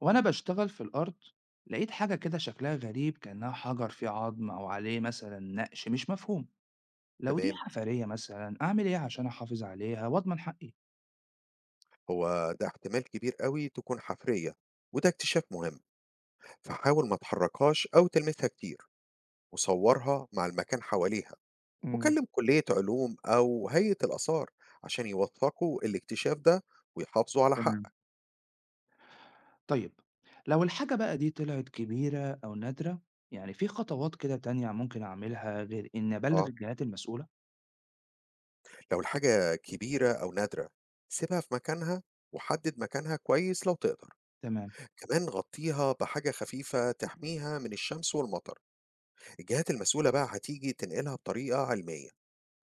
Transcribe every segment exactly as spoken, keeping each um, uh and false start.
وأنا بشتغل في الأرض لقيت حاجة كده شكلها غريب، كأنها حجر فيه عظم أو عليه مثلا نقش مش مفهوم. لو دي تمام. حفرية مثلا أعمل إيه عشان أحافظ عليها وأضمن حقي؟ هو ده احتمال كبير قوي تكون حفرية، وده اكتشاف مهم. فحاول ما تحركهاش أو تلمسها كتير، وصورها مع المكان حواليها، امم. وكلم كلية علوم أو هيئة الآثار عشان يوثقوا الاكتشاف ده ويحافظوا على تمام. حقك. طيب، لو الحاجة بقى دي طلعت كبيرة أو نادرة، يعني في خطوات كده تانية ممكن أعملها غير إني أبلغ اه، الجهات المسؤولة؟ لو الحاجة كبيرة أو نادرة سيبها في مكانها، وحدد مكانها كويس لو تقدر. تمام. كمان غطيها بحاجة خفيفة تحميها من الشمس والمطر. الجهات المسؤولة بقى هتيجي تنقلها بطريقة علمية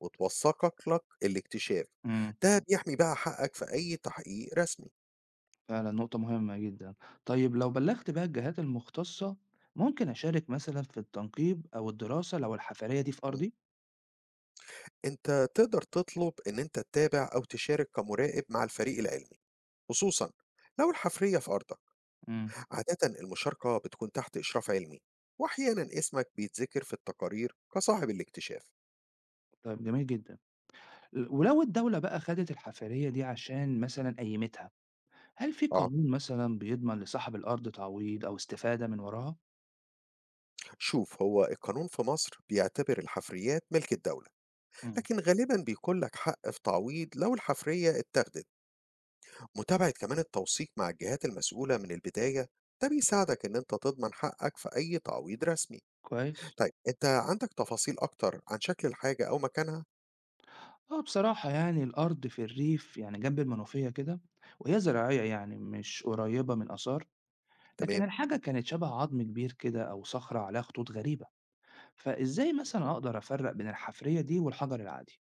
وتوثّقك لك الاكتشاف، امم ده بيحمي بقى حقك في أي تحقيق رسمي. فعلا نقطة مهمة جدا. طيب، لو بلغت بقى الجهات المختصة، ممكن أشارك مثلا في التنقيب أو الدراسة لو الحفرية دي في إمم. أرضي؟ أنت تقدر تطلب إن أنت تتابع أو تشارك كمراقب مع الفريق العلمي، خصوصًا لو الحفرية في أرضك. عادةً المشاركة بتكون تحت إشراف علمي، وأحيانًا اسمك بيتذكر في التقارير كصاحب الاكتشاف. طيب، جميل جدًا. ل ولو الدولة بقى خدت الحفرية دي عشان مثلًا قيّمتها، هل في آه. قانون مثلًا بيضمن لصاحب الأرض تعويض أو استفادة من وراها؟ شوف، هو القانون في مصر بيعتبر الحفريات ملك الدولة، إمم. لكن غالبًا بيكون لك حق في تعويض لو الحفرية اتاخدت. متابعة كمان التوثيق مع الجهات المسؤولة من البداية ده بيساعدك إن أنت تضمن حقك في أي تعويض رسمي. كويس. طيب أنت عندك تفاصيل أكتر عن شكل الحاجة أو مكانها؟ آه، بصراحة يعني الأرض في الريف، يعني جنب المنوفية كده، وهي زراعية، يعني مش قريبة من آثار، لكن تمام. الحاجة كانت شبه عضم كبير كده أو صخرة عليها خطوط غريبة، فإزاي مثلًا أقدر أفرّق بين الحفرية دي والحجر العادي؟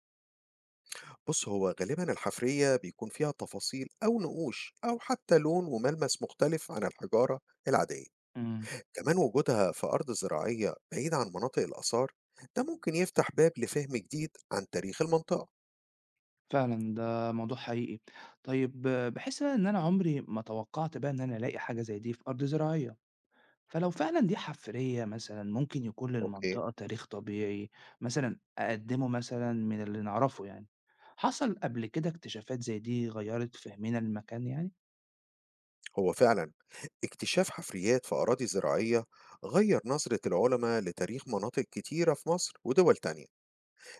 بص، هو غالبا الحفرية بيكون فيها تفاصيل أو نقوش أو حتى لون وملمس مختلف عن الحجارة العادية. إمم. كمان وجودها في أرض زراعية بعيد عن مناطق الآثار، ده ممكن يفتح باب لفهم جديد عن تاريخ المنطقة. فعلًا، ده موضوع حقيقي. طيب، باحس بقى إن أنا عمري ما توقعت بقى إن أنا ألاقي حاجة زي دي في أرض زراعية، فلو فعلًا دي حفرية مثلًا ممكن يكون أوكي. للمنطقة تاريخ طبيعي مثلًا أقدّمه مثلًا من اللي نعرفه يعني. حصل قبل كده اكتشافات زي دي غيّرت فهمنا للمكان يعني؟ هو فعلا اكتشاف حفريات في أراضي زراعية غير نظرة العلماء لتاريخ مناطق كتيرة في مصر ودول تانية.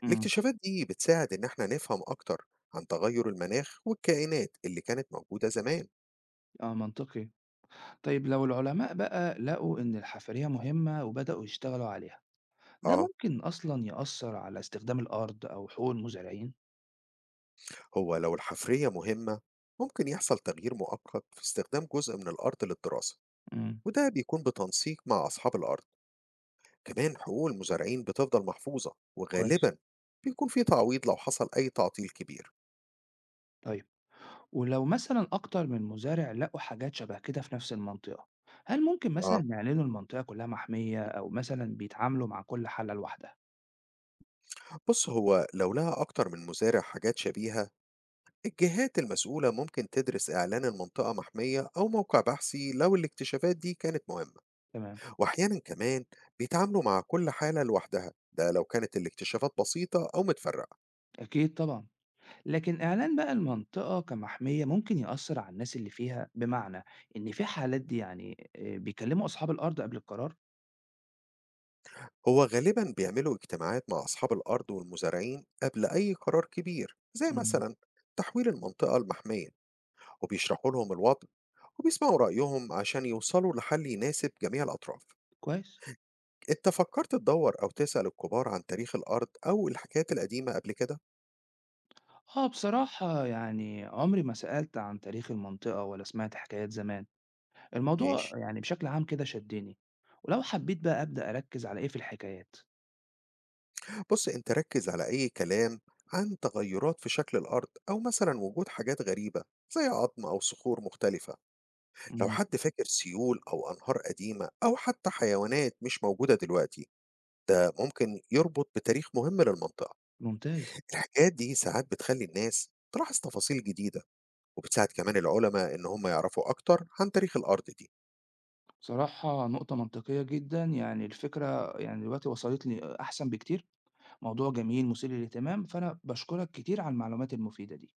إمم، الاكتشافات دي بتساعد إن احنا نفهم أكتر عن تغير المناخ والكائنات اللي كانت موجودة زمان. آه منطقي. طيب، لو العلماء بقى لقوا إن الحفرية مهمة وبدأوا يشتغلوا عليها، ده آه، ممكن أصلًا يأثّر على استخدام الأرض أو حقوق المزارعين؟ هو لو الحفرية مهمة ممكن يحصل تغيير مؤقت في استخدام جزء من الأرض للدراسة، إمم، وده بيكون بتنسيق مع أصحاب الأرض. كمان حقوق المزارعين بتفضل محفوظة، كويس. وغالبا بيكون في تعويض لو حصل أي تعطيل كبير. طيب، ولو مثلا أكتر من مزارع لقوا حاجات شبه كده في نفس المنطقة، هل ممكن آه، مثلا يعلنوا المنطقة كلها محمية أو مثلا بيتعاملوا مع كل حالة لوحدها؟ بص، هو لو لها أكتر من مزارع حاجات شبيهة، الجهات المسؤولة ممكن تدرس إعلان المنطقة محمية أو موقع بحثي لو الاكتشافات دي كانت مهمة. تمام. وأحيانا كمان بيتعاملوا مع كل حالة لوحدها، ده لو كانت الاكتشافات بسيطة أو متفرقة. أكيد طبعا. لكن إعلان بقى المنطقة كمحمية ممكن يأثر على الناس اللي فيها، بمعنى إن في حالات دي يعني آه، بيكلموا أصحاب الأرض قبل القرار؟ هو غالبا بيعملوا اجتماعات مع أصحاب الأرض والمزارعين قبل أي قرار كبير، زي مم. مثلا تحويل المنطقة المحمية، وبيشرحوا لهم الوضع وبيسمعوا رأيهم عشان يوصلوا لحل يناسب جميع الأطراف. كويس. أنت فكرت تدوّر أو تسأل الكبار عن تاريخ الأرض أو الحكايات القديمة قبل كده؟ آه، بصراحة يعني عمري ما سألت عن تاريخ المنطقة ولا سمعت حكايات زمان، الموضوع ماشي. يعني بشكل عام كده شدّني، ولو حبّيت بقى أبدأ أركّز على إيه في الحكايات؟ بُص، أنت ركّز على أي كلام عن تغيُّرات في شكل الأرض أو مثلًا وجود حاجات غريبة زي عضم أو صخور مختلفة. لو إمم، حد فاكر سيول أو أنهار قديمة أو حتى حيوانات مش موجودة دلوقتي، ده ممكن يربط بتاريخ مهم للمنطقة. ممتاز. الحكايات دي ساعات بتخلّي الناس تلاحظ تفاصيل جديدة، وبتساعد كمان العُلما إن هم يعرفوا أكتر عن تاريخ الأرض دي. بصراحة، نقطة منطقية جدًا، يعني الفكرة يعني دلوقتي وصلت لي أحسن بكتير، موضوع جميل مثير للاهتمام، فأنا باشكرك كتير على المعلومات المفيدة دي.